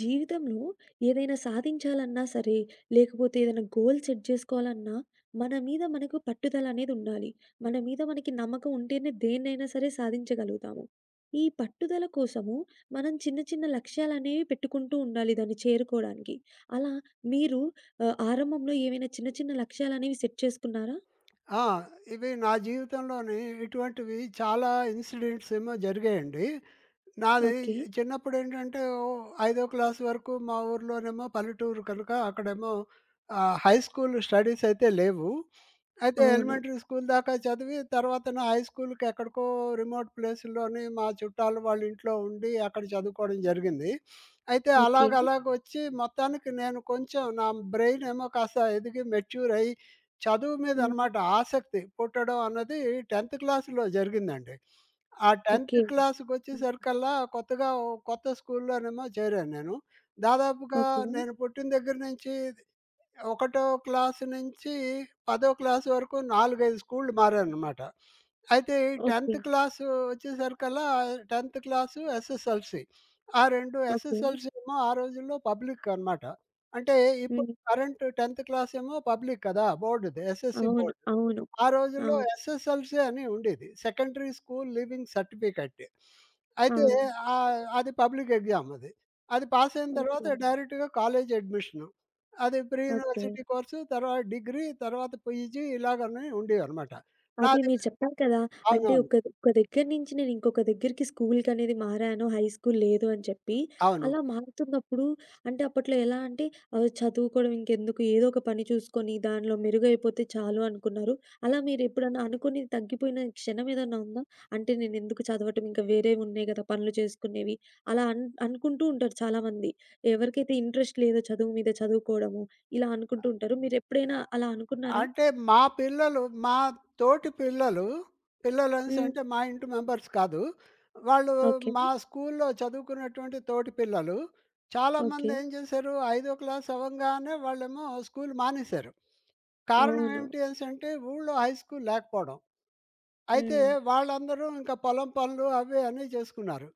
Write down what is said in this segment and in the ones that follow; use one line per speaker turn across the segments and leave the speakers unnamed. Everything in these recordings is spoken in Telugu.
జీవితంలో ఏదైనా సాధించాలన్నా సరే, లేకపోతే ఏదైనా గోల్ సెట్ చేసుకోవాలన్నా, మన మీద మనకు పట్టుదల అనేది ఉండాలి. మన మీద మనకి నమ్మకం ఉంటేనే దేన్నైనా సరే సాధించగలుగుతాము. ఈ పట్టుదల కోసము మనం చిన్న చిన్న లక్ష్యాలనేవి పెట్టుకుంటూ ఉండాలి దాన్ని చేరుకోవడానికి. అలా మీరు ఆరంభంలో ఏవైనా చిన్న చిన్న లక్ష్యాలనేవి సెట్ చేసుకున్నారా?
ఆ! ఇవి నా జీవితంలోని ఇటువంటివి చాలా ఇన్సిడెంట్స్ ఏమో జరిగాయండి. నాది
ఓకే.
చిన్నప్పుడేంటంటే ఐదో క్లాస్ వరకు మా ఊర్లోనేమో పల్లెటూరు కనుక అక్కడేమో హై స్కూల్ స్టడీస్ అయితే లేవు. అయితే
అవును.
ఎలిమెంటరీ స్కూల్ దాకా చదివి, తర్వాతను హై స్కూల్‌కి ఎక్కడికో రిమోట్ ప్లేసుల్లోని మా చుట్టాలు వాళ్ళ ఇంట్లో ఉండి, అక్కడ చదువుకోవడం జరిగింది. అయితే
ఓకే.
అలాగొచ్చి మొత్తానికి నేను కొంచెం నా బ్రెయిన్ ఏమో కాస్త ఎదిగి మెచ్యూర్ అయ్యి, చదువు మీద
హ్మ్.
అనమాట ఆసక్తి పుట్టడం అన్నది 10థ్ క్లాస్‌లో జరిగిందండి. ఆ
ఓకే.
10థ్
హ్మ్.
క్లాస్‌కొచ్చేసరికల్లా కొత్తగా ఓ కొత్త స్కూల్‌లోనేమో చేరాను నేను. దాదాపుగా
ఓకే.
నేను పుట్టిన దగ్గర నుంచి ఒకటో క్లాస్ నుంచి పదో క్లాస్ వరకు 4, 5 స్కూల్‌లు మారాననమాట. అయితే ఈ
ఓకే.
10థ్ క్లాస్ వచ్చేసరికల్లా 10థ్ క్లాసు ఎస్ఎస్ఎల్‌సి. ఆ 2
ఓకే.
ఎస్ఎస్ఎల్‌సి ఏమో ఆ రోజుల్లో పబ్లిక్ అనమాట. అంటే ఇప్పుడు
హ్మ్.
కరెంట్ 10థ్ క్లాస్ ఏమో పబ్లిక్ కదా! బోర్డుది ఎస్ఎస్‌సి
అవును.
బోర్డ్.
అవును.
ఆ రోజుల్లో
అవును.
ఎస్ఎస్ఎల్సీ అని ఉండేది. Secondary school leaving certificate.
ఆ!
అయితే ఓకే. అది పబ్లిక్ ఎగ్జామ్ అది. అది పాస్ అయిన తర్వాత
ఓకే.
డైరెక్ట్‌గా కాలేజ్ అడ్మిషను. అది ప్రీ
ఓకే.
యూనివర్సిటీ కోర్సు, తర్వాత డిగ్రీ, తర్వాత పీజీ ఇలాగని ఉండేవన్నమాట.
అదే
నాది
మీరు చెప్పారు కదా! అంటే
అవునవును.
ఒక ఒక దగ్గర నుంచి నేను ఇంకొక దగ్గరికి స్కూలుకనేది మారాను. హై స్కూల్ లేదు అని చెప్పి.
అవును.
అలా మారుతున్నప్పుడు అంటే అప్పట్లో ఎలా అంటే చదువుకోవడం ఇంకెందుకు ఏదో ఒక పని చూసుకొని దానిలో మెరుగైపోతే చాలు అనుకున్నారు. అలా మీరెప్పుడన్నా అనుకోని తగ్గిపోయిన క్షణం ఏదన్నా ఉందా? అంటే నేనెందుకు చదవటం ఇంకా వేరేవి ఉన్నాయి కదా! పనులు చేసుకునేవి. అలా అనుకుంటూ ఉంటారు చాలామంది. ఎవరికైతే ఇంట్రెస్ట్ లేదో చదువు మీద చదువుకోవడము ఇలా అనుకుంటూ ఉంటారు. మీరెప్పుడైనా అలా అనుకున్నారా?
అంటే మా పిల్లలు, మా తోటి పిల్లలు, పిల్లలనేసి
హ్మ్.
అంటే మా ఇంటి మెంబర్స్ కాదు. వాళ్ళు
ఓకే.
మా స్కూల్లో చదువుకున్నటువంటి తోటి పిల్లలు
ఓకే.
చాలామంది ఏం చేశారు, ఐదో క్లాస్ అవ్వంగానే వాళ్ళేమో స్కూల్ మానేశారు. కారణం
అవును.
ఏమిటి అనేసంటే ఊళ్ళో హై స్కూల్ లేకపోవడం. అయితే
హ్మ్.
వాళ్ళందరూ ఇంకా పొలం పనులు అవి అన్నీ చేసుకున్నారు.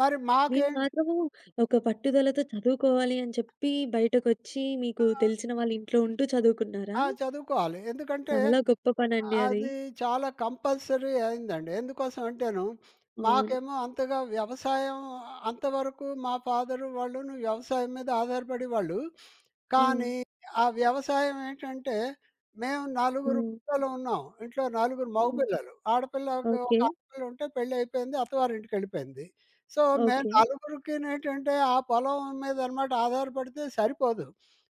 మరి
మీరు
మాకేంటి
మాత్రము ఒక పట్టుదలతో చదువుకోవాలి అని చెప్పి బయటకొచ్చి
ఆ!
మీకు తెలిసిన వాళ్ళ ఇంట్లో ఉంటూ చదువుకున్నారా?
ఆ! చదువుకోవాలి. ఎందుకంటే,
చాలా గొప్ప పనండి అది.
అది చాలా కంపల్సరీ అయిందండి. ఎందుకోసం అంటేను,
అవును.
మాకేమో అంతగా వ్యవసాయం అంతవరకు మా ఫాదరు వాళ్ళును వ్యవసాయం మీద ఆధారపడేవాళ్ళు.
హ్మ్.
కానీ, ఆ వ్యవసాయం ఏంటంటే, మేము నలుగురు
హ్మ్.
పిల్లలు ఉన్నాం. ఇంట్లో నలుగురు మగ
హ్మ్.
పిల్లలు. ఆడపిల్ల ఒక ఒక
ఓకే.
ఆడపిల్ల ఉంటే పెళ్లయిపోయింది. అత్తవారింటికెళ్ళిపోయింది. సో, మేము
ఓకే.
నలుగురికినేంటంటే, ఆ పొలం మీద అన్నమాట ఆధారపడితే సరిపోదు.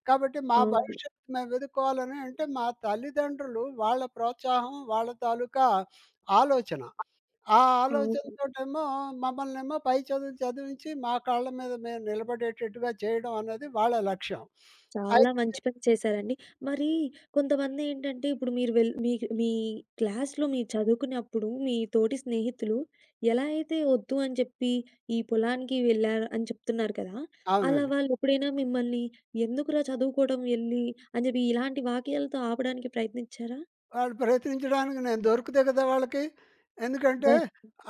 కాబట్టి మా
అవును.
భవిష్యత్తు మేము వెదుక్కోవాలని అంటే మా తల్లిదండ్రులు వాళ్ళ ప్రోత్సాహం, వాళ్ళ తాలూకా ఆలోచన. ఆ
అవును.
ఆలోచనతోటేమో మమ్మల్నేమో పై చదువులు చదివించి మా కాళ్ళ మీద మేము నిలబడేటట్టుగా చేయడం అన్నది వాళ్ళ లక్ష్యం.
చాలా
అయితే
మంచి పని చేశారండి. మరి కొంతమందేంటంటే ఇప్పుడు మీరు వెల్ మీకు మీ క్లాస్‌లో మీరు చదువుకున్నప్పుడు మీ తోటి స్నేహితులు ఎలా అయితే ఒద్దు అని చెప్పి ఈ పొలానికి వెళ్లారు అని చెప్తున్నారు కదా! అలా
అవునండి.
వాళ్ళు ఎప్పుడైనా మిమ్మల్ని "ఎందుకురా చదువుకోవడం ఎళ్లి" అని చెప్పి ఇలాంటి వాక్యాలతో ఆపడానికి ప్రయత్నించారా?
వాళ్ళు ప్రయత్నించడానికి నేను దొరికితే కదా వాళ్ళకి. ఎందుకంటే
అబ్బా!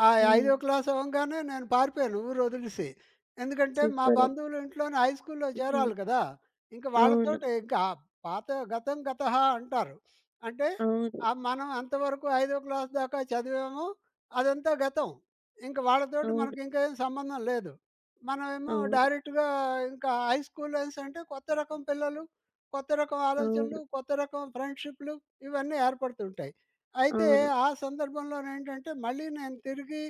ఆ
హ్మ్.
5థ్ క్లాస్ అవంగానే నేను పారిపోయాను ఊరు వదిలేసి. ఎందుకంటే మా
సూపర్.
బంధువులు ఇంట్లోనే హై స్కూల్‌లో
హ్మ్.
చేరాలి కదా! ఇంకా
అవును.
వాళ్ళతోటి ఇంకా పాత గతం గతః అంటారు. అంటే
అవును.
మనం అంతవరకు 5థ్ క్లాస్ దాకా చదివాము. అదంతా గతం. ఇంక వాళ్ళతోటి
అవును.
మనకింకేం సంబంధం లేదు. మనమేమో
అవును.
డైరెక్ట్‌గా ఇంకా హై స్కూల్ అనేసంటే కొత్త రకం పిల్లలు, కొత్త రకం ఆలోచనలు,
అవును.
కొత్త రకం ఫ్రెండ్‌షిప్‌లు. ఇవన్నీ ఏర్పడుతుంటాయి.
అవును.
అయితే
అవును.
ఆ సందర్భంలోనేంటంటే, మళ్ళీ నేను తిరిగి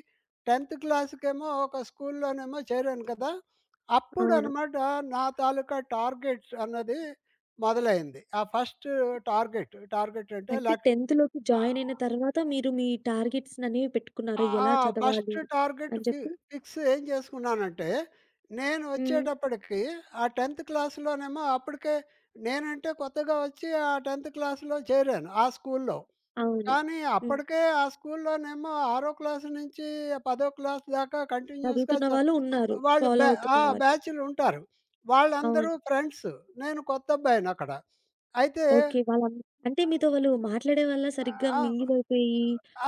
10థ్ క్లాస్‌కేమో ఒక స్కూల్‌లోనేమో చేరాను కదా!
అవును.
అప్పుడనమాట నా తాలూకా టార్గెట్ అన్నది మొదలైంది. ఆ ఫస్ట్ టార్గెట్, టార్గెట్ అంటే
అంటే
లక్
10వ
ఆహ్,
జాయిన్ అయిన తర్వాత మీరు మీ టార్గెట్స్‌ననేవి పెట్టుకున్నారా?
ఆ!
ఎలా
ఫస్ట్
చదవాలి
టార్గెట్
అని చెప్పి?
ఫిక్స్ ఏం చేసుకున్నానంటే, నేను
హ్మ్.
వచ్చేటప్పటికి ఆ 10థ్ క్లాస్‌లోనేమో అప్పటికే కొత్తగా వచ్చి ఆ 10థ్ క్లాస్‌లో చేరాను ఆ స్కూల్‌లో.
అవును.
కానీ
హ్మ్.
అప్పటికే ఆ స్కూల్లోనేమో 6 క్లాస్ నుంచి 10 క్లాస్ దాకా కంటిన్యూయస్‌గా
చదువుతున్న
చ
వాళ్ళు ఉన్నారు.
వాళ్ళు
ఫాలో
బ్యా
అవుతున్న
ఆ!
వాళ్ళు.
బ్యాచులుంటారు.
అవును.
వాళ్ళందరూ ఫ్రెండ్స్. నేను కొత్తబ్బాయినక్కడ. అయితే
ఓకే. వాళ్ళం అంటే మీతో వాళ్ళు మాట్లాడేవాళ్ళా సరిగ్గా
ఆ!
మింగిల్ అయిపోయి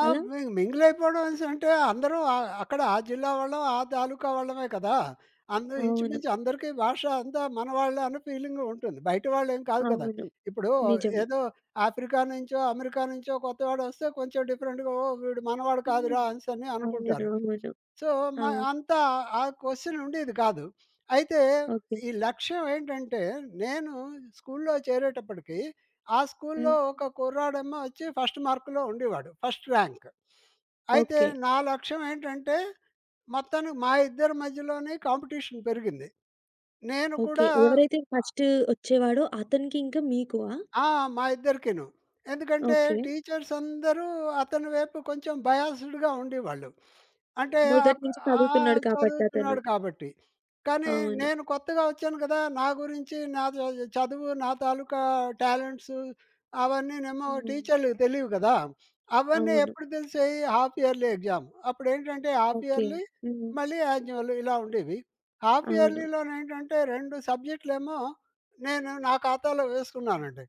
ఆ!
అలా?
మి మింగిల్ అయిపోవడం అనేసి అంటే అందరూ అక్కడ ఆ జిల్లా వాళ్ళం, ఆ తాలూకా వాళ్ళమే కదా! అందరూ
అవును.
ఇంచుమించు అందరికీ భాష అంతా మన వాళ్ళే అన్న ఫీలింగ్ ఉంటుంది. బయట వాళ్ళేం కాదు కదా!
అవును.
ఇప్పుడు
నిజమే.
ఏదో ఆఫ్రికా నుంచో, అమెరికా నుంచో కొత్తవాడొస్తే కొంచెం డిఫరెంట్‌గా వీడు మనవాడు కాదురా
హ్మ్.
అనేసని
అవును.
అనుకుంటారు.
అవును.
సో, మ
అవును.
అంత ఆ క్వెషన్ ఉండేది కాదు. అయితే
ఓకే.
ఈ లక్ష్యం ఏంటంటే, నేను స్కూల్లో చేరేటప్పటికి, ఆ స్కూల్లో
హ్మ్.
ఒక కుర్రాడేమో వచ్చి ఫస్ట్ మార్కులో ఉండేవాడు. First rank. అయితే
ఓకే.
నా లక్ష్యం ఏంటంటే, మొత్తానికి మా ఇద్దరి మధ్యలోనే కాంపిటీషన్ పెరిగింది. నేను
ఓకే.
కూడా
ఎవరైతే ఫస్ట్ వచ్చేవాడో అతనికి ఇంకా మీకువా?
ఆ! మా ఇద్దరికిను. ఎందుకంటే
ఓకే.
టీచర్స్ అందరూ అతని వైపు కొంచెం బయాస్డ్‌గా ఉండేవాళ్ళు. అంటే
మొదటి
ఆహ్,
నుంచి
ఆహ్,
చదువుతున్నాడు కాబట్టి అతను.
చదువుతున్నాడు కాబట్టి. కానీ
అవును.
నేను కొత్తగా వచ్చాను కదా! నా గురించి నా చదువు, నా తాలూకా టాలెంట్స్ అవన్నీనేమో
హ్మ్.
టీచర్‌లకి తెలీవు కదా! అవన్నీ
అవును.
ఎప్పుడు తెలిసాయి? Half yearly exam. అప్పుడేంటంటే హాఫ్
ఓకే.
ఇయర్లీ,
హ్మ్.
మళ్ళీ యాన్యువల్ ఇలా ఉండేవి. హాఫ్
అవును.
ఇయర్లీలోనేంటంటే 2 సబ్జెక్టులేమో నేను నా ఖాతాలో వేసుకున్నానండి.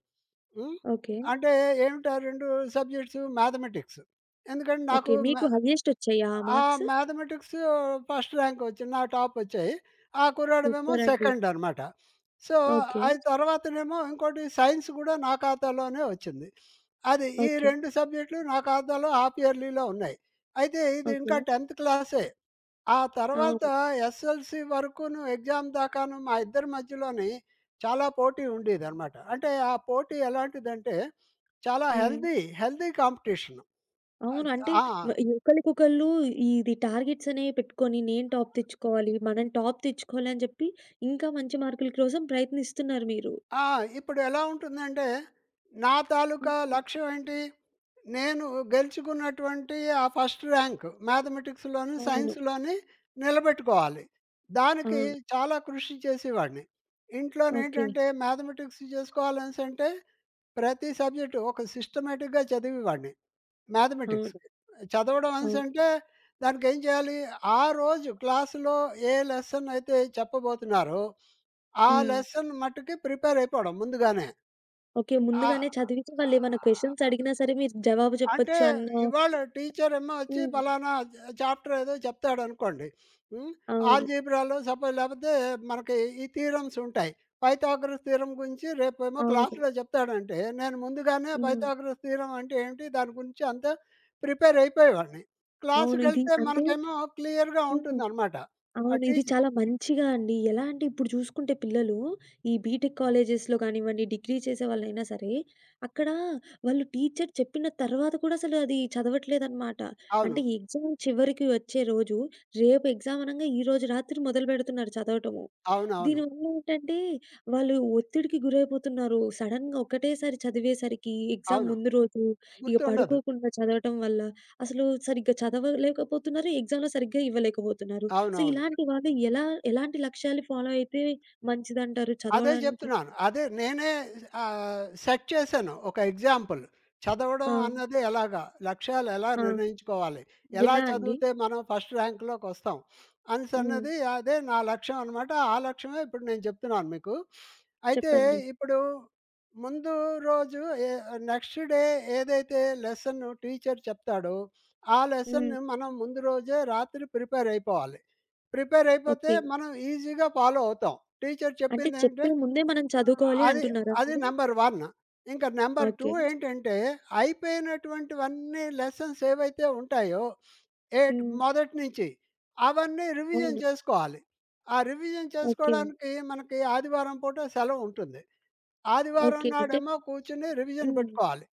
హ్మ్.
ఓకే.
అంటే ఏమిటి ఆ 2 సబ్జెక్ట్స్ మ్యాథమెటిక్స్. ఎందుకంటే
ఓకే.
నాకు
మీకు
మ్యా
హైయెస్ట్ వచ్చాయా ఆ
ఆ!
మార్క్స్?
మ్యాథమెటిక్స్ ఫస్ట్ ర్యాంక్ వచ్చింది. నా టాపొచ్చాయి. ఆ కుర్రాడివేమో
సూపరండి.
సెకండ్ అనమాట. So,
okay.
అది తర్వాతనేమో ఇంకోటి సైన్స్ కూడా నా ఖాతాలోనే వచ్చింది. అది ఈ
ఓకే.
2 సబ్జెక్టులు నా ఖాతాలో హాఫ్ ఇయర్లీలో ఉన్నాయి. అయితే ఇది
ఓకే.
ఇంకా 10థ్ క్లాసే. ఆ తర్వాత
అవును.
ఎస్ఎల్‌సీ వరకును ఎగ్జామ్ దాకాను మా ఇద్దరి మధ్యలోని చాలా పోటీ ఉండేదనమాట. అంటే ఆ పోటీ ఎలాంటిదంటే చాలా
హ్మ్.
Healthy, healthy competition.
అవును.
అద్
అంటే
ఆ!
వ ఒకళ్ళకొకళ్ళు ఇది టార్గెట్స్ అనేవి పెట్టుకొని నేను టాప్ తెచ్చుకోవాలి, మనం టాప్ తెచ్చుకోవాలి అని చెప్పి ఇంకా మంచి మార్కుల కోసం ప్రయత్నిస్తున్నారు మీరు.
ఆ! ఇప్పుడు ఎలా ఉంటుందంటే, నా తాలూకా
హ్మ్.
లక్ష్యం ఏంటి? నేను గెలుచుకున్నటువంటి ఆ ఫస్ట్ ర్యాంక్ మ్యాథమెటిక్స్‌లోని,
అవును.
సైన్స్‌లోని నిలబెట్టుకోవాలి. దానికి
అవును.
చాలా కృషి చేసేవాడిని.
ఓకే.
ఇంట్లోనేంటంటే మ్యాథమెటిక్స్ చేసుకోవాలనేసంటే, ప్రతి సబ్జెక్టు ఒక సిస్టమాటిక్‌గా చదివేవాడిని. మ్యాథమెటిక్స్.
అవును.
చదవడం
అవును.
అనేసంటే దానికేం చేయాలి? ఆ రోజు క్లాసులో ఏ లెసన్ అయితే చెప్పబోతున్నారో, ఆ
హ్మ్.
లెసన్ మట్టుకి ప్రిపేర్ అయిపోవడం ముందుగానే.
ఓకే.
ఆ!
ముందుగానే చదివించి వాళ్ళేమన్నా క్వెషన్స్ అడిగినా సరే మీరు జవాబు
అంటే
చెప్పొచ్చు అన్న
ఇవాళ టీచర్ ఏమో వచ్చి
హ్మ్.
పలానా చాప్టర్ ఏదో చెప్తాడు అనుకోండి, ఉమ్,
అవును.
ఆల్జీబ్రాలో సపోజ్ లేకపోతే మనకి ఈ థీరమ్స్ ఉంటాయి. పైథాగరస్ థీరం గురించి రేపేమో
అవును.
క్లాస్లో చెప్తాడంటే నేను ముందుగానే
హ్మ్.
పైథాగరస్ థీరం అంటే ఏంటి దాని గురించి అంతా ప్రిపేర్ అయిపోయేవాడిని.
అవును.
క్లాస్కి
ఇది
వెళ్తే
అంటే
మనకేమో క్లియర్గా
హ్మ్.
ఉంటుంది అనమాట. ఆ
అవును. ఇది
టీచర్
చాలా మంచిగా అండి. ఎలా అంటే ఇప్పుడు చూసుకుంటే పిల్లలు ఈ బీటెక్ కాలేజెస్‌లో కానివ్వండి, డిగ్రీ చేసే వాళ్ళైనా సరే, అక్కడ వాళ్ళు టీచర్ చెప్పిన తర్వాత కూడా అసలు అది చదవట్లేదనమాట.
అవును
అంటే ఎగ్జామ్ చివరికి వచ్చే రోజు, రేపు ఎగ్జామ్ అనంగా ఈరోజు రాత్రి మొదలుపెడుతున్నారు చదవటము.
అవును అవును
దీనివల్ల ఏంటంటే వాళ్ళు ఒత్తిడికి గురైపోతున్నారు. సడెన్‌గా ఒకటేసారి చదివేసరికి ఎగ్జామ్
అవును
ముందు రోజు ఇక
గుర్తుండదు.
పడుకోకుండా చదవటం వల్ల అసలు సరిగ్గా చదవలేకపోతున్నారు. ఎగ్జామ్‌లో సరిగ్గా ఇవ్వలేకపోతున్నారు. సో,
అవునవును.
ఇలాంటి వాళ్ళు ఎలాంటి లక్ష్యాలు ఫాలో అయితే మంచిదంటారు
అదే
చదవడానికి?
జెప్తున్నాను. అదే నేనే సెట్ చేశాను ఒక ఎగ్జాంపుల్.
ఆ!
చదవడం అన్నది ఎలాగా? లక్ష్యాలు ఎలా
ఆ!
నిర్ణయించుకోవాలి? ఎలా
ఎలా అండి?
చదివితే మనం ఫస్ట్ ర్యాంక్‌లోకొస్తాం?
హ్మ్.
అనేసన్నది అదే నా లక్ష్యం అనమాట. ఆ లక్ష్యమే ఇప్పుడు నేను చెప్తున్నాను మీకు. అయితే
చెప్పండి.
ఇప్పుడు ముందు రోజు ఎ నెక్స్ట్ డే ఏదైతే లెసన్ టీచర్ చెప్తాడో, ఆ
హ్మ్.
లెసన్‌ని మనం ముందు రోజే రాత్రి ప్రిపేర్ అయిపోవాలి. ప్రిపేర్ అయిపోతే
ఓకే.
మనం ఈజీగా ఫాలో అవుతాం. టీచర్
అంటే
చెప్పిందేంటే
చెప్పే ముందే మనం చదువుకోవాలి
అది
అంటున్నారా
అది
మీరు?
నెంబర్ 1. ఇంక నెంబర్
ఓకే.
2 ఏంటంటే, అయిపోయినటువంటివన్నీ లెసన్స్ ఏవైతే ఉంటాయో, ఏట్
హ్మ్.
మొదటి నుంచి అవన్నీ రివిజన్
అవును.
చేసుకోవాలి. ఆ రివిజన్
ఓకే.
చేసుకోవడానికి మనకి ఆదివారం పూట సెలవుంటుంది. ఆదివారం
ఓకే. అంటే
నాడేమో కూర్చొని రివిజన్
హ్మ్.
పెట్టుకోవాలి.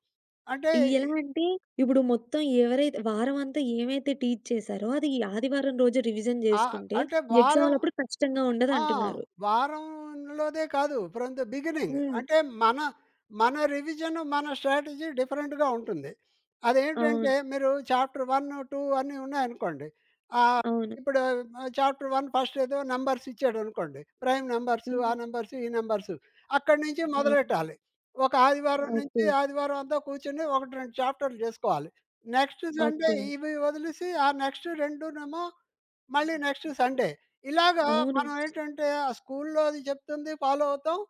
అంటే
ఎలా అంటే ఇప్పుడు మొత్తం ఎవరైతే వారమంతా ఏమైతే టీచ్ చేశారో అది ఆదివారం రోజు రివిజన్
ఆహ్,
జేసుకుంటే
అంటే వారం
ఎగ్జామ్‌లప్పుడు కష్టంగా
ఆ!
ఉండదంటున్నారు.
వారంలోదే కాదు. From the beginning.
హ్మ్.
అంటే మన, మన రివిజన్, మన స్ట్రాటజీ డిఫరెంట్‌గా ఉంటుంది.
అవును.
అదేంటంటే మీరు చాప్టర్ 1, 2 అన్నీ ఉన్నాయనుకోండి. ఆహ్,
అవును.
ఇప్పుడు చాప్టర్ 1 ఫస్ట్ ఏదో నంబర్స్ ఇచ్చాడనుకోండి. ప్రైమ్ నంబర్స్, ఆ
హ్మ్.
నంబర్స్, ఈ నంబర్స్ అక్కడి నుంచి
అవును.
మొదలెట్టాలి. ఒక ఆదివారం
ఓకే.
నుంచి ఆదివారం అంతా కూర్చొని 1, 2 చాప్టర్‌లు చేసుకోవాలి. Next Sunday
okay.
ఇవి వదిలేసి ఆ నెక్స్ట్ రెండునేమో మళ్ళీ నెక్స్ట్ సండే. ఇలాగా
అవును.
మనం ఏంటంటే ఆ స్కూల్లోది చెప్తుంది ఫాలో అవుతాం.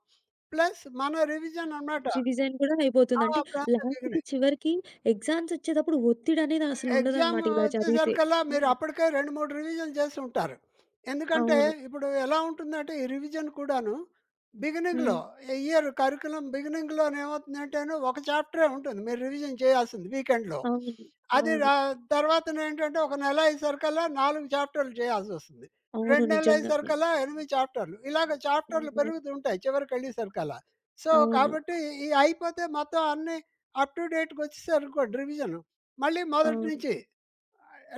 ప్లస్ మన రివిజన్ అనమాట.
రివిజన్ కూడా అయిపోతుంది.
ఆ!
అంటే లాస్ట్‌కి
ప్రాంతానికి.
చివరికి ఎగ్జామ్స్ ఒచ్చేతప్పుడు ఒత్తిడనేది
ఎగ్జామ్
అసలుండదనమాట ఇలా చదివితే.
వచ్చేసరికల్లా మీరు
హ్మ్.
అప్పటికే 2, 3 రివిజన్ చేసుంటారు. ఎందుకంటే
అవును.
ఇప్పుడు ఎలా ఉంటుందంటే ఈ రివిజన్ కూడాను బిగినింగ్‌లో
హ్మ్.
ఇయర్ కరిక్యులమ్ బిగినింగ్‌లోనేమవుతుందంటేను ఒక చాప్టరే ఉంటుంది మీరు రివిజన్ చేయాల్సింది వీకెండ్‌లో.
అవును.
అది
అవును.
రా తర్వాతనేంటంటే ఒక నెల అయ్యేసరికల్లా 4 చాప్టర్‌లు చేయాల్సొస్తుంది.
అవును.
2 నెలలు
నిజంగానే.
అయ్యేసరికల్లా 8 చాప్టర్‌లు. ఇలాగ చాప్టర్‌లు
హ్మ్.
పెరుగుతూ ఉంటాయి చివరికెళ్ళేసరికల్లా. సో,
అవును.
కాబట్టి ఈ అయిపోతే మొత్తం అన్నీ అప్ టు డేట్‌కొచ్చేసారనుకోండి రివిజన్ మళ్ళీ మొదటి
అవును.
నుంచి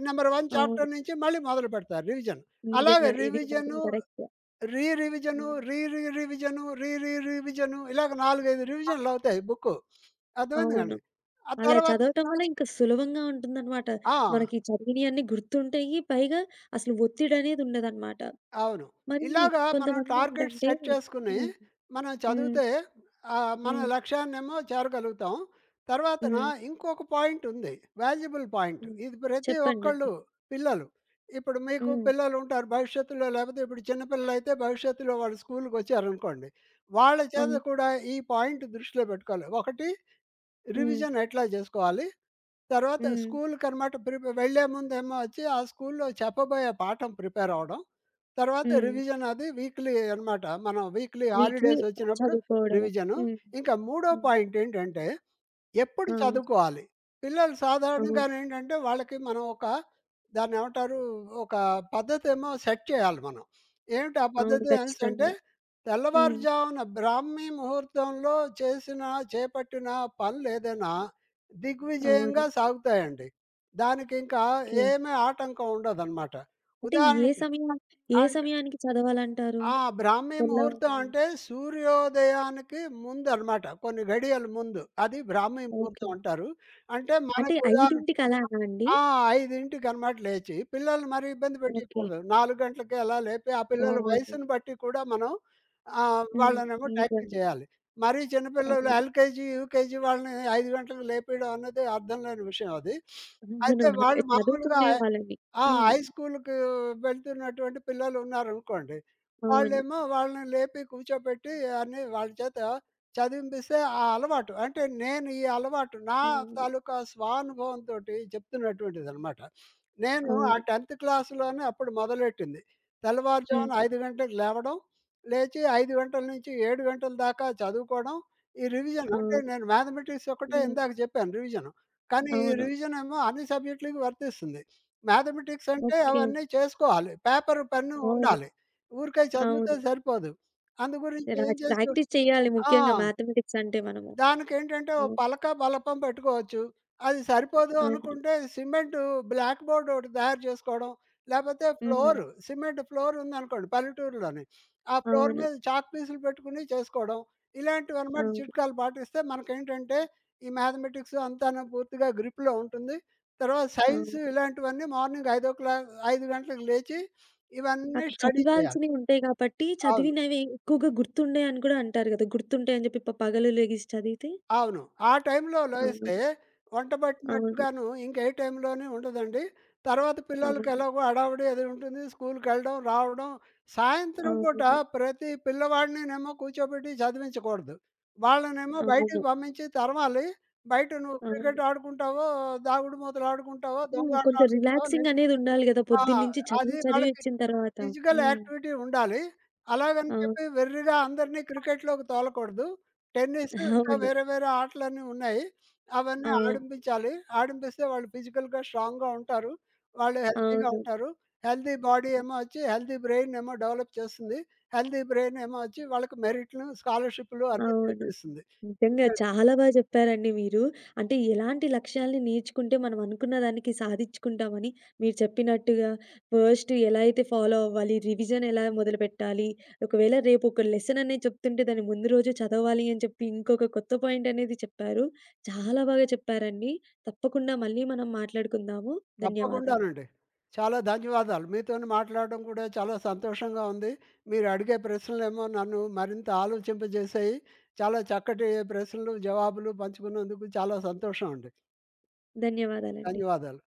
నెంబర్ 1
అవును.
చాప్టర్ నుంచి మళ్ళీ మొదలు పెడతారు రివిజన్. అలాగే
నిజంగా. ఇది మాత్రం
రివిజను,
కరెక్టే.
రీ రివిజను,
హ్మ్.
రీ రీ రివిజను ఇలాగ 4, 5 రివిజన్‌లవుతాయి బుక్కు. అర్థమైంది
అవును.
కదండీ. ఆ
అలా
తర్వాత
చదవటం వల్ల ఇంకా సులభంగా ఉంటుందనమాట.
ఆ!
మనకి చదివినయన్నీ గుర్తుంటాయి. పైగా అసలు ఒత్తిడనేదుండదనమాట.
అవును.
మరి
ఇలాగా మనం టార్గెట్
కొంతమందేంటంటే
సెట్ చేసుకొని,
హ్మ్.
మనం
హ్మ్.
చదివితే మన
హ్మ్.
లక్ష్యాన్నేమో చేరగలుగుతాం. తర్వాతన
హ్మ్.
ఇంకొక పాయింటుంది. Valuable point.
హ్మ్.
ఇది ప్రతి
చెప్పండండి.
ఒక్కళ్ళు పిల్లలు. ఇప్పుడు మీకు
హ్మ్.
పిల్లలుంటారు భవిష్యత్తులో లేపోతే ఇప్పుడు చిన్న పిల్లలైతే భవిష్యత్తులో వాళ్ళు స్కూలుకొచ్చారనుకోండి. వాళ్ళ చేత
అవును.
కూడా ఈ పాయింట్ దృష్టిలో పెట్టుకోవాలి. ఒకటి
హ్మ్.
రివిజన్ ఎట్లా జేసుకోవాలి? తర్వాత
హ్మ్.
స్కూల్‌కనమాట ప్రిపే వెళ్ళే ముందేమో వచ్చి ఆ స్కూల్‌లో చెప్పబోయే పాఠం ప్రిపేర్ అవ్వడం. తర్వాత
హ్మ్.
రివిజన్ అది వీక్లీ అనమాట. మనం వీక్లీ
వీక్లీ
హాలిడేస్ వచ్చినప్పుడు
చదువుకోవడము.
రివిజను.
హ్మ్.
ఇంకా మూడో
హ్మ్.
పాయింట్ ఏంటంటే ఎప్పుడు
ఆ!
చదువుకోవాలి. పిల్లలు
అవును.
సాధారణంగానేంటంటే, వాళ్ళకి మనం దాన్నేమంటారు, ఒక పద్ధతేమో సెట్ చేయాలి మనం. ఏమిటి ఆ
అవును.
పద్ధతి అనేసంటే,
ఖచ్చితంగా. హ్మ్.
తెల్లవారుజామున బ్రాహ్మీ ముహూర్తంలో చేసిన, చేపట్టిన పనులేదైనా
అవును.
దిగ్విజయంగా సాగుతాయండి. దానికింకా
ఓకే.
ఏమీ ఆటంకం ఉండదనమాట.
అంటే ఏ
ఉదాహరణకి
సమయా ఏ
అంట్
సమయానికి చదవాలంటారు?
ఆ! బ్రాహ్మీ ముహూర్తం
తెల్లవారులు.
అంటే సూర్యోదయానికి ముందనమాట. కొన్ని ఘడియల ముందు. అది బ్రాహ్మీ
ఓకే.
ముహూర్తం అంటారు. అంటే
అంటే
మనకు ఉదాహరణ
5కి అలానా అండి?
ఆ! 5:00కనమాట లేచి పిల్లల్ని మరి ఇబ్బంది
ఓకే.
పెట్టయకూడదు. 4 గంటలకి అలా లేపి ఆ పిల్లల
అవును.
వయసుని బట్టి కూడా మనం
హ్మ్.
వాళ్ళనేమో టైపింగ్
నిజమే.
చేయాలి. మరీ చిన్నపిల్లలు
అవును.
ఎల్‌కేజీ, యూకేజీ వాళ్ళని 5 గంటలకు లేపేయడం అన్నది అర్థం లేని విషయం అది.
అవును.
అయితే వాళ్ళు మామూలుగా
చదువుకునే వాళ్ళని. హ్మ్.
హై స్కూలుకు వెళ్తున్నటువంటి పిల్లలున్నారనుకోండి.
అవును.
వాళ్ళేమో వాళ్ళని లేపి కూర్చోబెట్టి అన్నీ వాళ్ళ చేత చదివింపిస్తే ఆ అలవాటు. అంటే నేను ఈ అలవాటు నా
అవును.
తాలూకా స్వానుభవంతోటి చెప్తున్నటువంటిదనమాట. నేను ఆ
అవును.
10థ్ క్లాస్‌లోనే అప్పుడు మొదలెట్టింది.
హ్మ్.
తెల్లవారుజామున 5 గంటలకు లేవడం, లేచి 5 గంటల నుంచి 7 గంటల దాకా చదువుకోవడం. ఈ రివిజన్ అంటే
అవును.
నేను మ్యాథమెటిక్స్ ఒకటే
హ్మ్.
ఇందాక చెప్పాను రివిజను. కానీ ఈ
అవును.
రివిజనేమో అన్ని సబ్జెక్టులకి వర్తిస్తుంది. మ్యాథమెటిక్స్ అంటే
ఓకే.
అవన్నీ చేసుకోవాలి. పేపరు, పెన్ను
అవును.
ఉండాలి. ఊరికే
అవును.
చదివితే సరిపోదు. అందు గురించి ఏం
రాజ్
చేసి
ప్రాక్టీస్ చేయాలి
ఆ!
ముఖ్యంగా మ్యాథమెటిక్స్ అంటే మనము.
దానికేంటంటే ఓ
హ్మ్.
పలక, బలపం పెట్టుకోవచ్చు. అది సరిపోదు
అవును.
అనుకుంటే సిమెంటు బ్లాక్ బోర్డ్ ఒకటి తయారు చేసుకోవడం, లేపోతే
హ్మ్.
ఫ్లోరు సిమెంట్ ఫ్లోర్ ఉందనుకోండి పల్లెటూరులోని, ఆ ఫ్లోర్
అవును.
మీద చాక్ పీసులు పెట్టుకుని చేసుకోవడం. ఇలాంటివన్నమాట
అవును.
చిట్కాలు పాటిస్తే మనకేంటంటే ఈ మ్యాథమెటిక్స్ అంతాను పూర్తిగా గ్రిప్‌లో ఉంటుంది. తర్వాత సైన్స్
అవును.
ఇలాంటివన్నీ మార్నింగ్ ఐదో క్లా 5 గంటలకు లేచి ఇవన్నీ
అక్కడ
స్టడీ చేయాలి.
చదివాల్సినవి ఉంటాయి కాబట్టి,
అవును.
చదివినవి ఎక్కువగా గుర్తుండయి అని కూడా అంటారు గదా! గుర్తుంటాయని జెప్పి పగలు లెగిసి చదివితే.
అవును. ఆ టైంలో
అవును.
లేస్తే వంట
అవును.
పట్టినట్టుగాను ఇంకే టైంలోని ఉండదండి. తర్వాత పిల్లలకి
అవును.
ఎలాగో హడావిడి అది ఉంటుంది. స్కూలుకెళ్ళడం, రావడం. సాయంత్రం పూట
అవును.
ప్రతి పిల్లవాడినినేమో కూర్చోబెట్టి చదివించకూడదు. వాళ్ళనేమో బయటికి
అవును.
పంపించి తరమాలి. బయట నువ్వు
అవును.
క్రికెట్ ఆడుకుంటావో, దాగుడు మూతలు ఆడుకుంటావో,
హ్మ్.
దొంగాటలు
కొంచెం
ఆడుకుంటావో, నీ
రిలాక్సింగ్
ఇష్టం.
అనేది ఉండాలి గదా!
ఆ!
పొద్దున్నుంచి చదివి
అది
చదివి
వాళ్ళకి
వచ్చిన తర్వాత.
ఫిజికల్
హ్మ్.
యాక్టివిటీ ఉండాలి. అలాగని
అవును.
చెప్పి వెర్రిగా అందరిని క్రికెట్‌లోకి తోలకూడదు. టెన్నిస్ ఇంకా
అవును.
వేరే వేరే ఆటలన్నీ ఉన్నాయి. అవన్నీ
అవును.
ఆడింపించాలి. ఆడింపిస్తే వాళ్ళు ఫిజికల్‌గా స్ట్రాంగ్‌గా ఉంటారు. వాళ్ళు హెల్తీగా
అవును.
ఉంటారు. హెల్తీ బాడీ ఏమో వచ్చి హెల్తీ బ్రెయిన్ ఏమో డెవలప్ చేస్తుంది. హెల్తీ బ్రెయిన్ ఏమో వచ్చి వాళ్ళకి మెరిట్లు, స్కాలర్‌షిప్‌లు అన్నీ
అవును.
తెప్పిస్తుంది.
నిజంగా చాలా బాగా చెప్పారండి మీరు. అంటే ఎలాంటి లక్ష్యాల్ని నేర్చుకుంటే మనం అనుకున్న దానికి సాధించుకుంటామని మీరు చెప్పినట్టుగా ఫస్ట్ ఎలా అయితే ఫాలో అవ్వాలి, రివిజన్ ఎలా మొదలుపెట్టాలి, ఒకవేళ రేపు ఒక లెసన్ అనేది చెప్తుంటే దాన్ని ముందు రోజు చదవాలి అని చెప్పి ఇంకొక కొత్త పాయింట్ అనేది చెప్పారు. చాలా బాగా చెప్పారండి. తప్పకుండా మళ్ళీ మనం మాట్లాడుకుందాము. ధన్యవాదాలు.
తప్పకుండానండి. చాలా ధన్యవాదాలు. మీతోని మాట్లాడడం కూడా చాలా సంతోషంగా ఉంది. మీరు అడిగే ప్రశ్నలేమో నన్ను మరింత ఆలోచింపజేశాయి. చాలా చక్కటి ప్రశ్నలు, జవాబులు పంచుకున్నందుకు చాలా సంతోషం అండి.
ధన్యవాదాలండి.
ధన్యవాదాలు.